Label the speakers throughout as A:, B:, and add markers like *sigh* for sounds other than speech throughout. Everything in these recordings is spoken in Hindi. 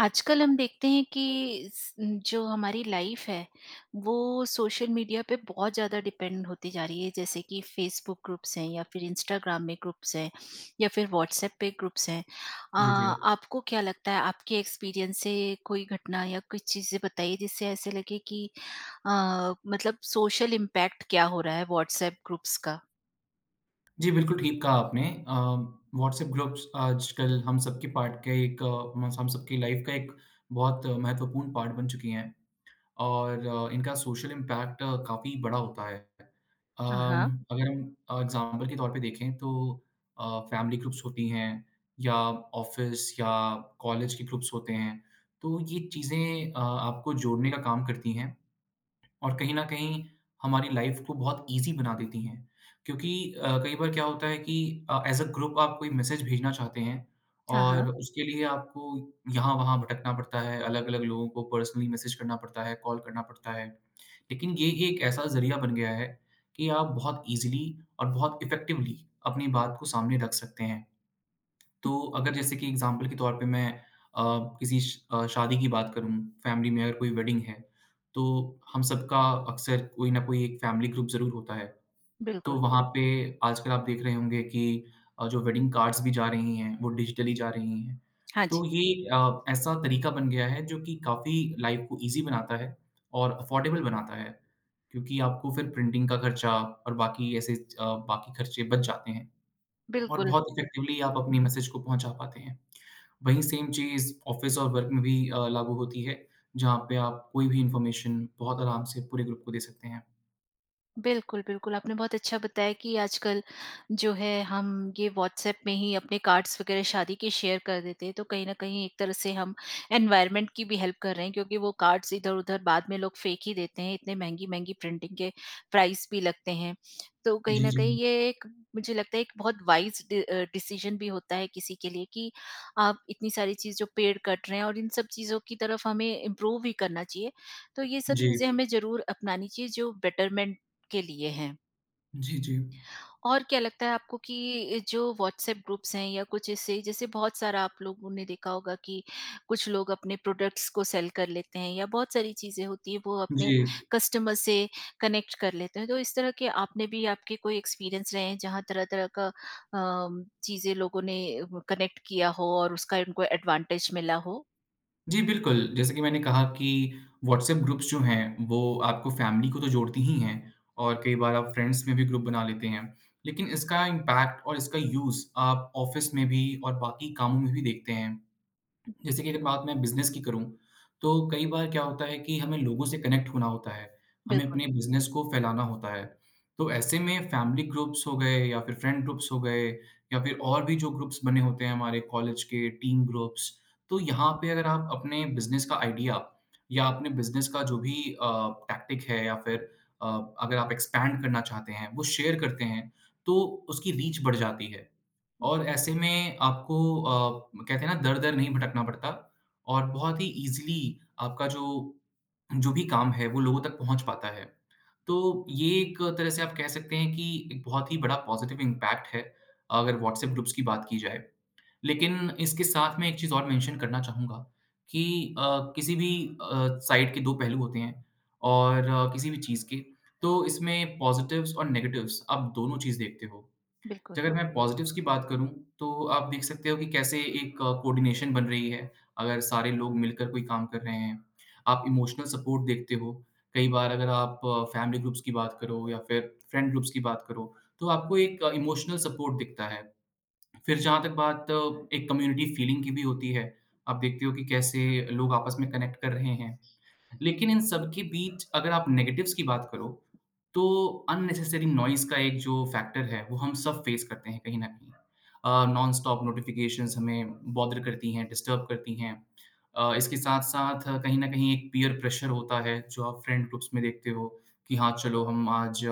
A: आजकल हम देखते हैं कि जो हमारी लाइफ है वो सोशल मीडिया पे बहुत ज़्यादा डिपेंड होती जा रही है, जैसे कि फेसबुक ग्रुप्स हैं या फिर इंस्टाग्राम में ग्रुप्स हैं या फिर व्हाट्सएप पे ग्रुप्स हैं। आ,
B: जी, जी।
A: आपको क्या लगता है, आपके एक्सपीरियंस से कोई घटना या कुछ चीज़ें बताइए जिससे ऐसे लगे कि मतलब सोशल इम्पैक्ट क्या हो रहा है व्हाट्सएप ग्रुप्स का।
B: जी, बिल्कुल ठीक कहा आपने। व्हाट्सएप ग्रुप्स आजकल हम सबके पार्ट का एक म हम सबकी लाइफ का एक बहुत महत्वपूर्ण पार्ट बन चुकी हैं और इनका सोशल इम्पैक्ट काफ़ी बड़ा होता है।
A: हाँ, हाँ।
B: अगर हम एग्ज़ाम्पल के तौर पे देखें तो फैमिली ग्रुप्स होती हैं या ऑफ़िस या कॉलेज के ग्रुप्स होते हैं, तो ये चीज़ें आपको जोड़ने का काम करती हैं और कहीं न कहीं हमारी लाइफ़ को बहुत ईज़ी बना देती हैं। क्योंकि कई बार क्या होता है कि एज़ अ ग्रुप आप कोई मैसेज भेजना चाहते हैं
A: हाँ, हाँ।
B: और उसके लिए आपको यहाँ-वहाँ भटकना पड़ता है, अलग-अलग लोगों को पर्सनली मैसेज करना पड़ता है, कॉल करना पड़ता है। लेकिन ये एक ऐसा ज़रिया बन गया है कि आप बहुत ईज़िली और बहुत इफ़ेक्टिवली अपनी बात को सामने रख सकते हैं। तो अगर जैसे कि एग्ज़ाम्पल के तौर पे मैं अ, किसी शादी की बात करूँ, फैमिली में अगर कोई वेडिंग है, तो हम सबका अक्सर कोई ना कोई एक फैमिली ग्रुप ज़रूर होता है। तो
A: बिल्कुल।
B: वहाँ पे आजकल आप देख रहे होंगे कि जो वेडिंग कार्ड्स भी जा रही हैं, वो डिजिटली जा रही हैं।
A: हाँ
B: तो
A: जी।
B: ये ऐसा तरीका बन गया है जो कि काफ़ी लाइफ़ को ईज़ी बनाता है और अफ़ोर्डेबल बनाता है, क्योंकि आपको फिर प्रिंटिंग का खर्चा और बाकी ऐसे बाकी खर्चे बच जाते हैं। और
A: बिल्कुल।
B: बहुत इफ़ेक्टिवली आप अपनी मैसेज को पहुँचा पाते हैं। वहीं सेम चीज़ ऑफ़िस और वर्क में भी लागू होती है, जहाँ पे आप कोई भी इन्फॉर्मेशन बहुत आराम से पूरे ग्रुप को दे सकते हैं।
A: बिल्कुल, बिल्कुल, आपने बहुत अच्छा बताया कि आजकल जो है हम ये व्हाट्सएप में ही अपने कार्ड्स वगैरह शादी के शेयर कर देते हैं, तो कहीं न कहीं एक तरह से हम एनवायरनमेंट की भी हेल्प कर रहे हैं, क्योंकि वो कार्ड्स इधर-उधर बाद में लोग फेंक ही देते हैं, इतने महँगी-महँगी प्रिंटिंग के प्राइस भी लगते हैं। तो कहीं
B: जी,
A: न
B: जी।
A: कहीं ये एक, मुझे लगता है, एक बहुत वाइज़ डिसीजन भी होता है किसी के लिए कि आप इतनी सारी चीज़ जो पेड़ कट रहे हैं और इन सब चीज़ों की तरफ हमें इम्प्रूव भी करना चाहिए। तो ये सब
B: जी।
A: चीज़ें हमें ज़रूर अपनानी चाहिए जो बेटरमेंट के लिए हैं?
B: जी, जी।
A: और क्या लगता है आपको कि जो व्हाट्सएप ग्रुप्स हैं या कुछ ऐसे, जैसे बहुत सारा आप लोगों ने देखा होगा कि कुछ लोग अपने प्रोडक्ट्स को सेल कर लेते हैं या बहुत सारी चीज़ें होती हैं वो अपने
B: जी।
A: कस्टमर से कनेक्ट कर लेते हैं। तो इस तरह के आपने भी, आपके कोई एक्सपीरियंस रहे हैं जहाँ तरह-तरह का चीज़ें लोगों ने कनेक्ट किया हो और उसका उनको एडवांटेज मिला हो?
B: जी, बिल्कुल, जैसे कि मैंने कहा कि व्हाट्सएप ग्रुप्स जो हैं, वो आपको फ़ैमिली को तो जोड़ती ही हैं और कई बार आप फ्रेंड्स में भी ग्रुप बना लेते हैं। लेकिन इसका इम्पैक्ट और इसका यूज़ आप ऑफ़िस में भी और बाकी कामों में भी देखते हैं। जैसे कि अगर बात मैं बिज़नेस की करूँ, तो कई बार क्या होता है कि हमें लोगों से कनेक्ट होना होता है, हमें
A: बिल्कुल,
B: अपने बिज़नेस को फैलाना होता है। तो ऐसे में फैमिली ग्रुप्स हो गए या फिर फ्रेंड ग्रुप्स हो गए या फिर और भी जो ग्रुप्स बने होते हैं हमारे कॉलेज के टीम ग्रुप्स, तो यहाँ पे अगर आप अपने बिज़नेस का आइडिया या अपने बिज़नेस का जो भी अ, टैक्टिक है या फिर अ, अगर आप एक्सपैंड करना चाहते हैं, वो शेयर करते हैं, तो उसकी रीच बढ़ जाती है। और ऐसे में आपको कहते हैं ना दर-दर नहीं भटकना पड़ता और बहुत ही ईज़िली आपका जो जो भी काम है वो लोगों तक पहुँच पाता है। तो ये एक तरह से आप कह सकते हैं कि एक बहुत ही बड़ा पॉज़िटिव इम्पैक्ट है, अगर व्हाट्सएप ग्रुप्स की बात की जाए। लेकिन इसके साथ मैं एक चीज़ और मेंशन करना चाहूँगा कि अ, किसी भी साइड के 2 पहलू होते हैं और किसी भी चीज़ के, तो इसमें पॉज़िटिव्स और नेगेटिव्स आप दोनों चीज़ देखते हो। जी,
A: बिल्कुल।
B: अगर मैं पॉज़िटिव्स की बात करूँ, तो आप देख सकते हो कि कैसे एक कोऑर्डिनेशन बन रही है, अगर सारे लोग मिलकर कोई काम कर रहे हैं। आप इमोशनल सपोर्ट देखते हो, कई बार अगर आप फैमिली ग्रुप्स की बात करो या फिर फ्रेंड ग्रुप्स की बात करो, तो आपको एक इमोशनल सपोर्ट दिखता है। फिर जहाँ तक बात एक कम्युनिटी फीलिंग की भी होती है, आप देखते हो कि कैसे लोग आपस में कनेक्ट कर रहे हैं। लेकिन इन सब के बीच अगर आप नेगेटिव्स की बात करो, तो अननेसेसरी नॉइज़ का एक जो फैक्टर है, वो हम सब फेस करते हैं कहीं न कहीं। नॉन-स्टॉप नोटिफ़िकेशंस हमें बॉदर करती हैं, डिस्टर्ब करती हैं। इसके साथ-साथ कहीं न कहीं एक पीयर प्रेशर होता है, जो आप फ्रेंड ग्रुप्स में देखते हो कि हाँ, चलो हम आज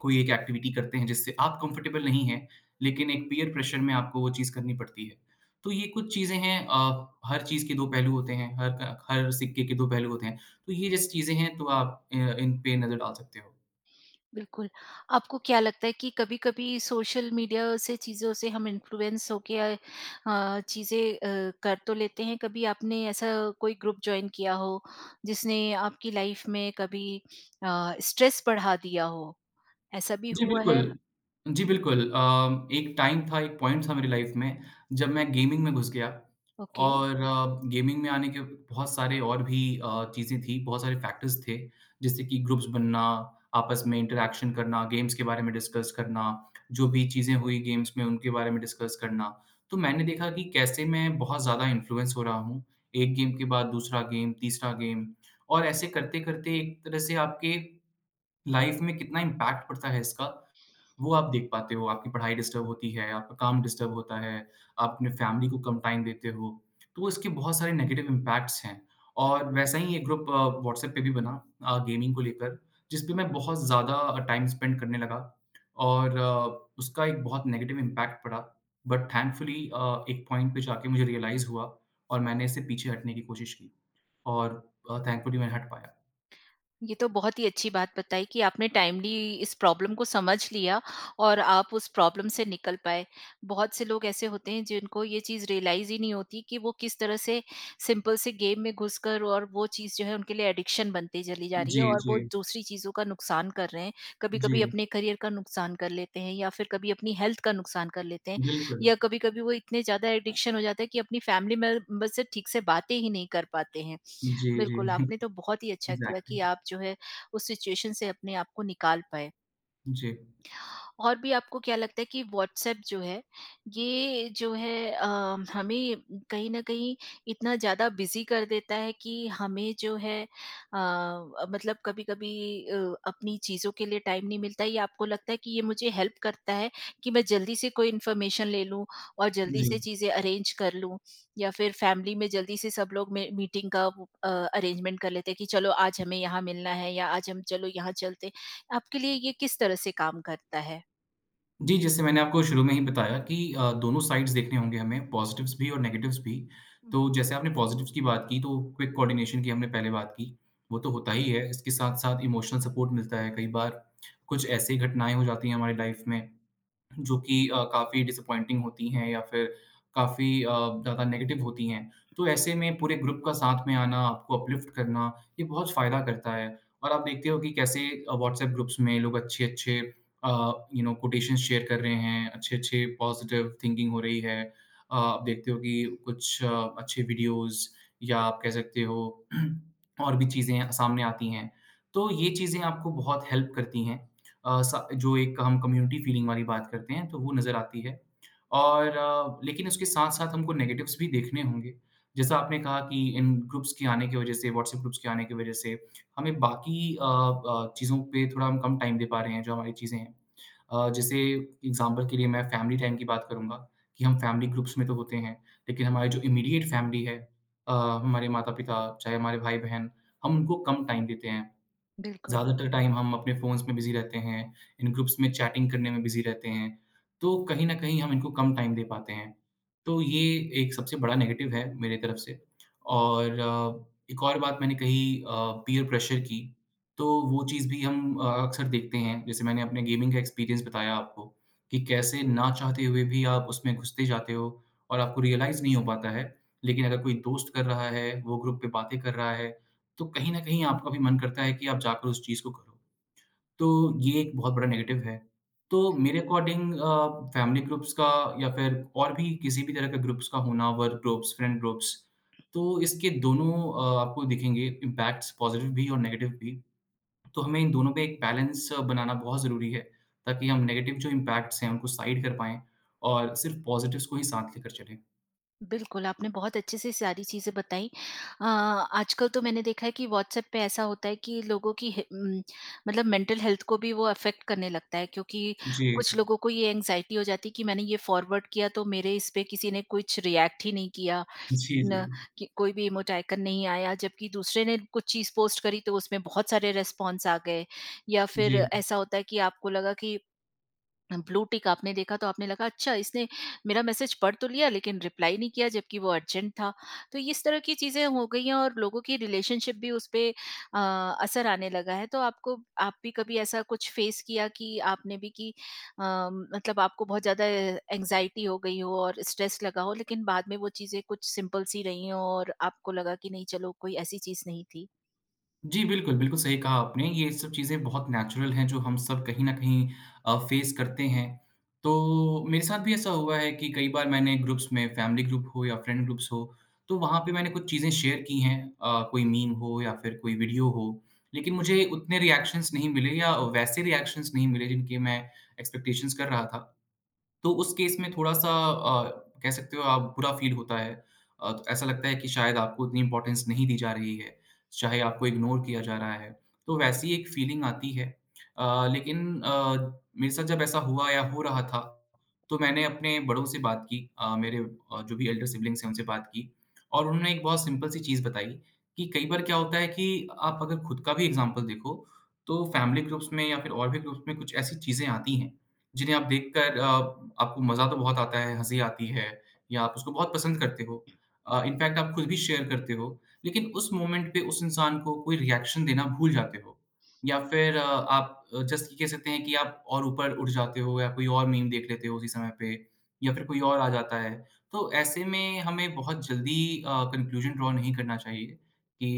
B: कोई एक एक्टिविटी करते हैं जिससे आप कंफर्टेबल नहीं हैं, लेकिन एक पीयर प्रेशर में आपको वो चीज़ करनी पड़ती है। तो ये कुछ चीज़ें हैं हर चीज़ के 2 पहलू होते हैं, हर सिक्के के 2 पहलू होते हैं। तो ये जैसी चीज़ें हैं तो आप इन पे नज़र डाल सकते हो।
A: बिल्कुल। आपको क्या लगता है कि कभी-कभी सोशल मीडिया से चीज़ों से हम इन्फ्लुएंस होके चीज़ें कर तो लेते हैं, कभी आपने ऐसा कोई ग्रुप जॉइन किया हो, जिसने आपकी लाइफ में कभी स्ट्रेस बढ़ा दिया हो, ऐसा भी
B: जी,
A: हुआ है?
B: बिल्कुल। जी, बिल्कुल एक टाइम था, एक पॉइंट था मेरी लाइफ़ में जब मैं गेमिंग में घुस गया
A: ओके।
B: और गेमिंग में आने के बहुत सारे और भी चीज़ें थी, बहुत सारे फैक्टर्स थे, जैसे कि ग्रुप्स बनना, आपस में इंटरैक्शन करना, गेम्स के बारे में डिस्कस करना, जो भी चीज़ें हुई गेम्स में उनके बारे में डिस्कस करना। तो मैंने देखा कि कैसे मैं बहुत ज़्यादा इन्फ्लुएंस हो रहा हूँ, एक गेम के बाद दूसरा गेम, तीसरा गेम और ऐसे करते-करते एक तरह से आपके लाइफ़ में कितना इम्पैक्ट पड़ता है इसका वो आप देख पाते हो, आपकी पढ़ाई डिस्टर्ब होती है, आपका काम डिस्टर्ब होता है, आप अपने फ़ैमिली को कम टाइम देते हो। तो इसके बहुत सारे नेगेटिव इम्पैक्ट्स हैं और वैसा ही एक ग्रुप व्हाट्सएप पे भी बना गेमिंग को लेकर, जिस पे मैं बहुत ज़्यादा टाइम स्पेंड करने लगा और उसका एक बहुत नेगेटिव इम्पैक्ट पड़ा। बट थैंकफुली एक पॉइंट पे जाके मुझे रियलाइज़ हुआ और मैंने इससे पीछे हटने की कोशिश की और थैंकफुली मैं हट पाया।
A: ये तो बहुत ही अच्छी बात बताई कि आपने टाइमली इस प्रॉब्लम को समझ लिया और आप उस प्रॉब्लम से निकल पाए। बहुत से लोग ऐसे होते हैं जिनको ये चीज़ रियलाइज़ ही नहीं होती कि वो किस तरह से सिंपल से गेम में घुसकर, और वो चीज़ जो है उनके लिए एडिक्शन बनती चली जा रही
B: जी,
A: है और
B: जी,
A: वो दूसरी चीज़ों का नुकसान कर रहे हैं।
B: जी।
A: कभी-कभी अपने करियर का नुकसान कर लेते हैं या फिर कभी अपनी हेल्थ का नुकसान कर लेते हैं,
B: बिल्कुल।
A: या कभी-कभी वो इतने ज़्यादा एडिक्शन हो जाता है कि अपनी फैमिली मेंबर से ठीक से बातें ही नहीं कर पाते हैं।
B: जी, जी।
A: बिल्कुल, आपने तो बहुत ही
B: *laughs*
A: अच्छा किया
B: एग्ज़ैक्टली।
A: कि आप जो है उस सिचुएशन से अपने आप को निकाल पाए।
B: जी।
A: और भी आपको क्या लगता है कि व्हाट्सएप जो है, ये जो है हमें कहीं न कहीं इतना ज़्यादा बिज़ी कर देता है कि हमें जो है मतलब कभी-कभी अ, अपनी चीज़ों के लिए टाइम नहीं मिलता है, या आपको लगता है कि ये मुझे हेल्प करता है कि मैं जल्दी से कोई इन्फॉर्मेशन ले लूँ और जल्दी
B: जी।
A: से चीज़ें अरेंज कर लूँ, या फिर फैमिली में जल्दी से सब लोग में मीटिंग का वो अरेंजमेंट कर लेते हैं कि चलो आज हमें यहाँ मिलना है या आज हम चलो यहाँ चलते हैं। आपके लिए ये किस तरह से काम करता है?
B: जी, जैसे मैंने आपको शुरू में ही बताया कि दोनों साइड्स देखने होंगे हमें, पॉज़िटिव्स भी और नेगेटिव्स भी। तो जैसे आपने पॉज़िटिव्स की बात की, तो क्विक कोऑर्डिनेशन की हमने पहले बात की, वो तो होता ही है। इसके साथ-साथ इमोशनल सपोर्ट मिलता है। कई बार कुछ ऐसी घटनाएँ हो जाती हैं हमारी लाइफ़ में जो कि काफ़ी डिसअपॉइंटिंग होती हैं या फिर काफ़ी ज़्यादा नेगेटिव होती हैं। तो ऐसे में पूरे ग्रुप का साथ में आना, आपको अपलिफ्ट करना, ये बहुत फ़ायदा करता है। और आप देखते हो कि कैसे व्हाट्सएप ग्रुप्स में लोग अच्छे-अच्छे कोटेशंस शेयर कर रहे हैं, अच्छे-अच्छे पॉजिटिव थिंकिंग हो रही है। आप देखते हो कि कुछ अच्छे वीडियोज़ या आप कह सकते हो *clears throat* और भी चीज़ें सामने आती हैं। तो ये चीज़ें आपको बहुत हेल्प करती हैं। अ, सा जो एक हम कम्युनिटी फीलिंग वाली बात करते हैं, तो वो नज़र आती है। और लेकिन उसके साथ-साथ हमको नेगेटिव्स भी देखने होंगे। जैसा आपने कहा कि इन ग्रुप्स के आने की वज़ह से, व्हाट्सएप ग्रुप्स के आने की वज़ह से, हमें बाकी चीज़ों पे थोड़ा हम कम टाइम दे पा रहे हैं, जो हमारी चीज़ें हैं। जैसे एग्ज़ाम्पल के लिए मैं फैमिली टाइम की बात करूँगा कि हम फैमिली ग्रुप्स में तो होते हैं, लेकिन हमारी जो इमीडिएट फैमिली है अ, हमारे माता-पिता, चाहे हमारे भाई-बहन, हम उनको कम टाइम देते हैं।
A: बिल्कुल,
B: ज़्यादातर टाइम हम अपने फ़ोन्स में बिज़ी रहते हैं, इन ग्रुप्स में चैटिंग करने में बिज़ी रहते हैं, तो कहीं न कहीं हम इनको कम टाइम दे पाते हैं। तो ये एक सबसे बड़ा नेगेटिव है मेरी तरफ से और एक और बात मैंने कही पीयर प्रेशर की, तो वो चीज़ भी हम अक्सर देखते हैं। जैसे मैंने अपने गेमिंग का एक्सपीरियंस बताया आपको कि कैसे ना चाहते हुए भी आप उसमें घुसते जाते हो और आपको रियलाइज़ नहीं हो पाता है, लेकिन अगर कोई दोस्त कर रहा है, वो ग्रुप पे बातें कर रहा है, तो कहीं न कहीं आपका भी मन करता है कि आप जाकर उस चीज़ को करो। तो ये एक बहुत बड़ा नेगेटिव है। तो मेरे अकॉर्डिंग फैमिली ग्रुप्स का या फिर और भी किसी भी तरह के ग्रुप्स का होना, वर्क ग्रुप्स, फ्रेंड ग्रुप्स, तो इसके दोनों आपको दिखेंगे इम्पैक्ट्स पॉज़िटिव भी और नेगेटिव भी। तो हमें इन दोनों पे एक बैलेंस बनाना बहुत ज़रूरी है, ताकि हम नेगेटिव जो इम्पैक्ट्स हैं, उनको साइड कर पाएँ और सिर्फ़ पॉज़िटिव्स को ही साथ लेकर चलें।
A: बिल्कुल, आपने बहुत अच्छे से सारी चीज़ें बताई। आजकल तो मैंने देखा है कि व्हाट्सएप पे ऐसा होता है कि लोगों की मतलब मेंटल हेल्थ को भी वो अफ़ेक्ट करने लगता है, क्योंकि
B: जी।
A: कुछ लोगों को ये एंग्ज़ायटी हो जाती है कि मैंने ये फ़ॉरवर्ड किया तो मेरे इस पे किसी ने कुछ रिएक्ट ही नहीं किया,
B: जी, जी।
A: न कि कोई भी इमोट आइकन नहीं आया, जबकि दूसरे ने कुछ चीज़ पोस्ट करी तो उसमें बहुत सारे रिस्पॉन्स आ गए। या फिर
B: जी।
A: ऐसा होता है कि आपको लगा कि ब्लू टिक आपने देखा तो आपने लगा अच्छा इसने मेरा मैसेज पढ़ तो लिया लेकिन रिप्लाई नहीं किया, जबकि वो अर्जेंट था। तो इस तरह की चीजें हो गई हैं और लोगों की रिलेशनशिप भी उस पे असर आने लगा है। तो आपको, आप भी कभी ऐसा कुछ फेस किया कि आपने भी कि अ, मतलब आपको बहुत ज्यादा एंग्जाइटी हो गई हो और स्ट्रेस लगा हो, लेकिन बाद में वो चीजें कुछ सिंपल सी रही हो और आपको लगा कि नहीं, चलो कोई ऐसी चीज नहीं थी।
B: जी, बिल्कुल, बिल्कुल सही कहा आपने। ये सब चीज़ें बहुत नेचुरल हैं जो हम सब कहीं न कहीं फ़ेस करते हैं। तो मेरे साथ भी ऐसा हुआ है कि कई बार मैंने ग्रुप्स में फ़ैमिली ग्रुप हो या फ्रेंड ग्रुप्स हो, तो वहाँ पे मैंने कुछ चीज़ें शेयर की हैं कोई मीम हो या फिर कोई वीडियो हो। लेकिन मुझे उतने रिएक्शंस नहीं मिले या वैसे रिएक्शंस नहीं मिले जिनके मैं एक्सपेक्टेशंस कर रहा था। तो उस केस में थोड़ा-सा कह सकते हो आप बुरा फ़ील होता है। तो ऐसा लगता है कि शायद आपको उतनी इम्पोर्टेंस नहीं दी जा रही है, चाहे आपको इग्नोर किया जा रहा है। तो वैसी एक फ़ीलिंग आती है। अ, लेकिन अ, मेरे साथ जब ऐसा हुआ या हो रहा था, तो मैंने अपने बड़ों से बात की मेरे जो भी एल्डर सिब्लिंग्स हैं उनसे बात की और उन्होंने एक बहुत सिंपल सी चीज़ बताई कि कई बार क्या होता है कि आप अगर खुद का भी एग्ज़ाम्पल देखो, तो फैमिली ग्रुप्स में या फिर और भी ग्रुप्स में कुछ ऐसी चीज़ें आती हैं जिन्हें आप देखकर आपको मज़ा तो बहुत आता है, हँसी आती है या आप उसको बहुत पसंद करते हो। इनफैक्ट आप खुद भी शेयर करते हो, लेकिन उस मोमेंट पे उस इंसान को कोई रिएक्शन देना भूल जाते हो या फिर आप जस्ट ये कह सकते हैं कि आप और ऊपर उठ जाते हो या कोई और मीम देख लेते हो उसी समय पे या फिर कोई और आ जाता है। तो ऐसे में हमें बहुत जल्दी कंक्लूज़न ड्रॉ नहीं करना चाहिए कि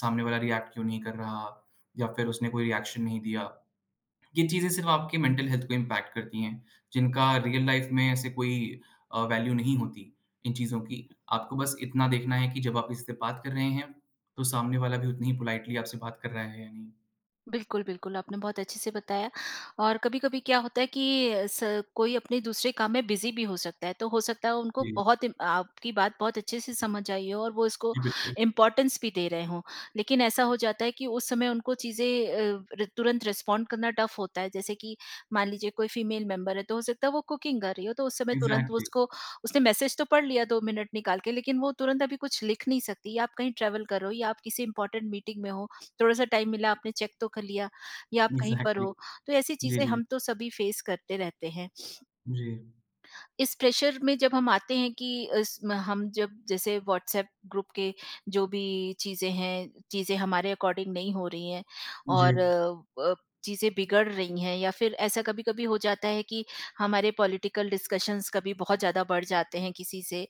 B: सामने वाला रिएक्ट क्यों नहीं कर रहा या फिर उसने कोई रिएक्शन नहीं दिया। ये चीज़ें सिर्फ़ आपके मेंटल हेल्थ को इम्पैक्ट करती हैं, जिनका रियल लाइफ़ में ऐसे कोई वैल्यू नहीं होती इन चीज़ों की। आपको बस इतना देखना है कि जब आप किसी से बात कर रहे हैं, तो सामने वाला भी उतनी ही पोलाइटली आपसे बात कर रहा है या नहीं।
A: बिल्कुल, बिल्कुल, आपने बहुत अच्छे से बताया, और कभी-कभी क्या होता है कि स कोई अपने दूसरे काम में बिज़ी भी हो सकता है, तो हो सकता है उनको
B: जी,
A: बहुत इम आपकी बात बहुत अच्छे से समझ आई हो और वो इसको
B: जी बिल्कुल।
A: इम्पोर्टेंस भी दे रहे हों। लेकिन ऐसा हो जाता है कि उस समय उनको चीज़ें अ, र तुरंत रिस्पॉन्ड करना टफ़ होता है, जैसे कि मान लीजिए कोई फीमेल मेंबर है, तो हो सकता है वो कुकिंग कर रही हो, तो उस समय तुरंत वो
B: एग्ज़ैक्टली,
A: उसको उसने मैसेज तो पढ़ लिया 2 मिनट निकाल के, लेकिन वो तुरंत अभी कुछ लिख नहीं सकती, या आप कहीं ट्रैवल कर रहे हो या आप किसी इम्पोर्टेंट मीटिंग में हो, थोड़ा-सा टाइम मिला आपने चेक तो कर लिया, या आप कहीं पर
B: एग्ज़ैक्टली।
A: हो, तो ऐसी
B: जी,
A: चीज़ें
B: जी।
A: हम तो सभी फेस करते रहते हैं।
B: जी।
A: इस प्रेशर में जब हम आते हैं कि इस म हम जब जैसे व्हाट्सएप ग्रुप के जो भी चीज़ें हैं, चीज़ें हमारे अकॉर्डिंग नहीं हो रही हैं
B: जी।
A: और अ, चीज़ें बिगड़ रही हैं, या फिर ऐसा कभी-कभी हो जाता है कि हमारे पॉलिटिकल डिस्कशंस कभी बहुत ज़्यादा बढ़ जाते हैं किसी से,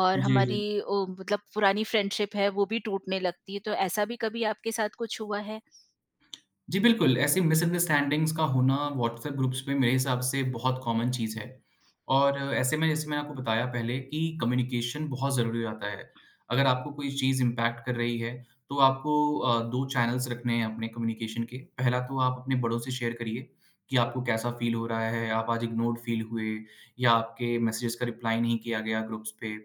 A: और
B: जी,
A: हमारी
B: जी।
A: ओ मतलब पुरानी फ्रेंडशिप है वो भी टूटने लगती है, तो ऐसा भी कभी आपके साथ कुछ हुआ है?
B: जी, बिल्कुल, ऐसी मिसअंडरस्टैंडिंग्स का होना व्हाट्सएप ग्रुप्स में मेरे हिसाब से बहुत कॉमन चीज़ है और ऐसे में जैसे मैंने आपको बताया पहले कि कम्युनिकेशन बहुत ज़रूरी हो जाता है। अगर आपको कोई चीज़ इम्पैक्ट कर रही है, तो आपको 2 चैनल्स रखने हैं अपने कम्युनिकेशन के। पहला तो आप अपने बड़ों से शेयर करिए कि आपको कैसा फ़ील हो रहा है, आप आज इग्नोर्ड फ़ील हुए या आपके मैसेजेस का रिप्लाई नहीं किया गया ग्रुप्स पे।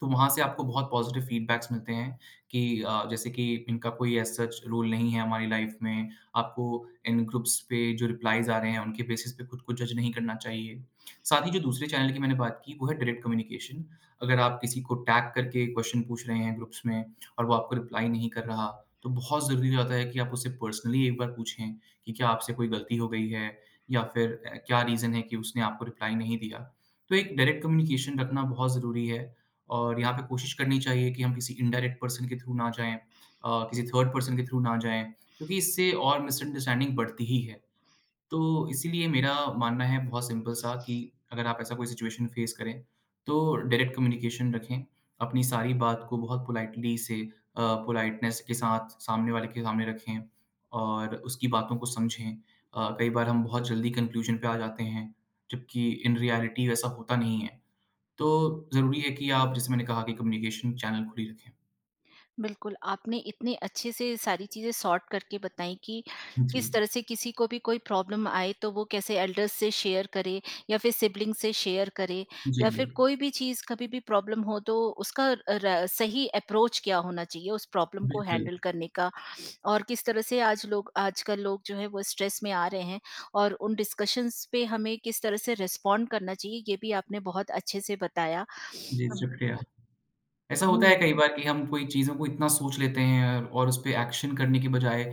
B: तो वहाँ से आपको बहुत पॉज़िटिव फ़ीडबैक्स मिलते हैं कि जैसे कि इनका कोई एज़ सच रोल नहीं है हमारी लाइफ़ में, आपको इन ग्रुप्स पे जो रिप्लाइज़ आ रहे हैं, उनके बेसिस पे खुद को जज नहीं करना चाहिए। साथ ही जो दूसरे चैनल की मैंने बात की, वो है डायरेक्ट कम्युनिकेशन। अगर आप किसी को टैग करके क्वेश्चन पूछ रहे हैं ग्रुप्स में और वो आपको रिप्लाई नहीं कर रहा, तो बहुत ज़रूरी हो जाता है कि आप उससे पर्सनली एक बार पूछें कि क्या आपसे कोई गलती हो गई है या फिर क्या रीज़न है कि उसने आपको रिप्लाई नहीं दिया। तो एक डायरेक्ट कम्युनिकेशन रखना बहुत ज़रूरी है और यहाँ पे कोशिश करनी चाहिए कि हम किसी इनडायरेक्ट पर्सन के थ्रू ना जाएँ किसी थर्ड पर्सन के थ्रू ना जाएँ, क्योंकि इससे और मिसअंडरस्टैंडिंग बढ़ती ही है। तो इसीलिए मेरा मानना है बहुत सिंपल सा कि अगर आप ऐसा कोई सिचुएशन फेस करें, तो डायरेक्ट कम्युनिकेशन रखें, अपनी सारी बात को बहुत पोलाइटली से पोलाइटनेस के साथ सामने वाले के सामने रखें और उसकी बातों को समझें। कई बार हम बहुत जल्दी कन्क्लूज़न पे आ जाते हैं, जबकि इन रियलिटी वैसा होता नहीं है। तो ज़रूरी है कि आप जैसे मैंने कहा कि कम्युनिकेशन चैनल खुली रखें।
A: बिल्कुल, आपने इतने अच्छे से सारी चीज़ें सॉर्ट करके बताई कि
B: जी।
A: किस तरह से किसी को भी कोई प्रॉब्लम आए तो वो कैसे एल्डर्स से शेयर करे या फिर सिबलिंग से शेयर करे
B: जी,
A: या
B: जी।
A: फिर कोई भी चीज़ कभी भी प्रॉब्लम हो तो उसका र सही अप्रोच क्या होना चाहिए उस प्रॉब्लम को
B: बिल्कुल।
A: हैंडल करने का, और किस तरह से आज लोग आजकल लोग जो है वो स्ट्रेस में आ रहे हैं और उन डिस्कशंस पे हमें किस तरह से रिस्पॉन्ड करना चाहिए ये भी आपने बहुत अच्छे से बताया।
B: जी,
A: अम,
B: शुक्रिया। ऐसा होता
A: हुँ।
B: है कई बार कि हम कोई चीज़ों को इतना सोच लेते हैं और उस पे एक्शन करने के बजाय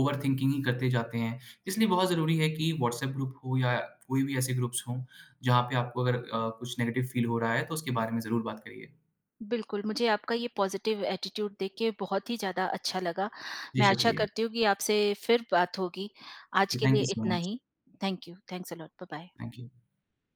B: ओवरथिंकिंग ही करते जाते हैं। इसलिए बहुत ज़रूरी है कि व्हाट्सएप ग्रुप हो या कोई भी ऐसे ग्रुप्स हों, जहाँ पे आपको अगर कुछ नेगेटिव फ़ील हो रहा है तो उसके बारे में ज़रूर बात करिए।
A: बिल्कुल, मुझे आपका ये पॉज़िटिव एटीट्यूड देख के बहुत ही ज़्यादा अच्छा लगा।
B: जी,
A: मैं आशा
B: शुक्रिया।
A: करती हूँ कि आपसे फिर बात होगी। आज
B: जी,
A: के
B: थैंक
A: लिए
B: यू सो
A: इतना
B: मच।
A: ही। Thank you. Thanks a lot. Bye bye.
B: Thank you.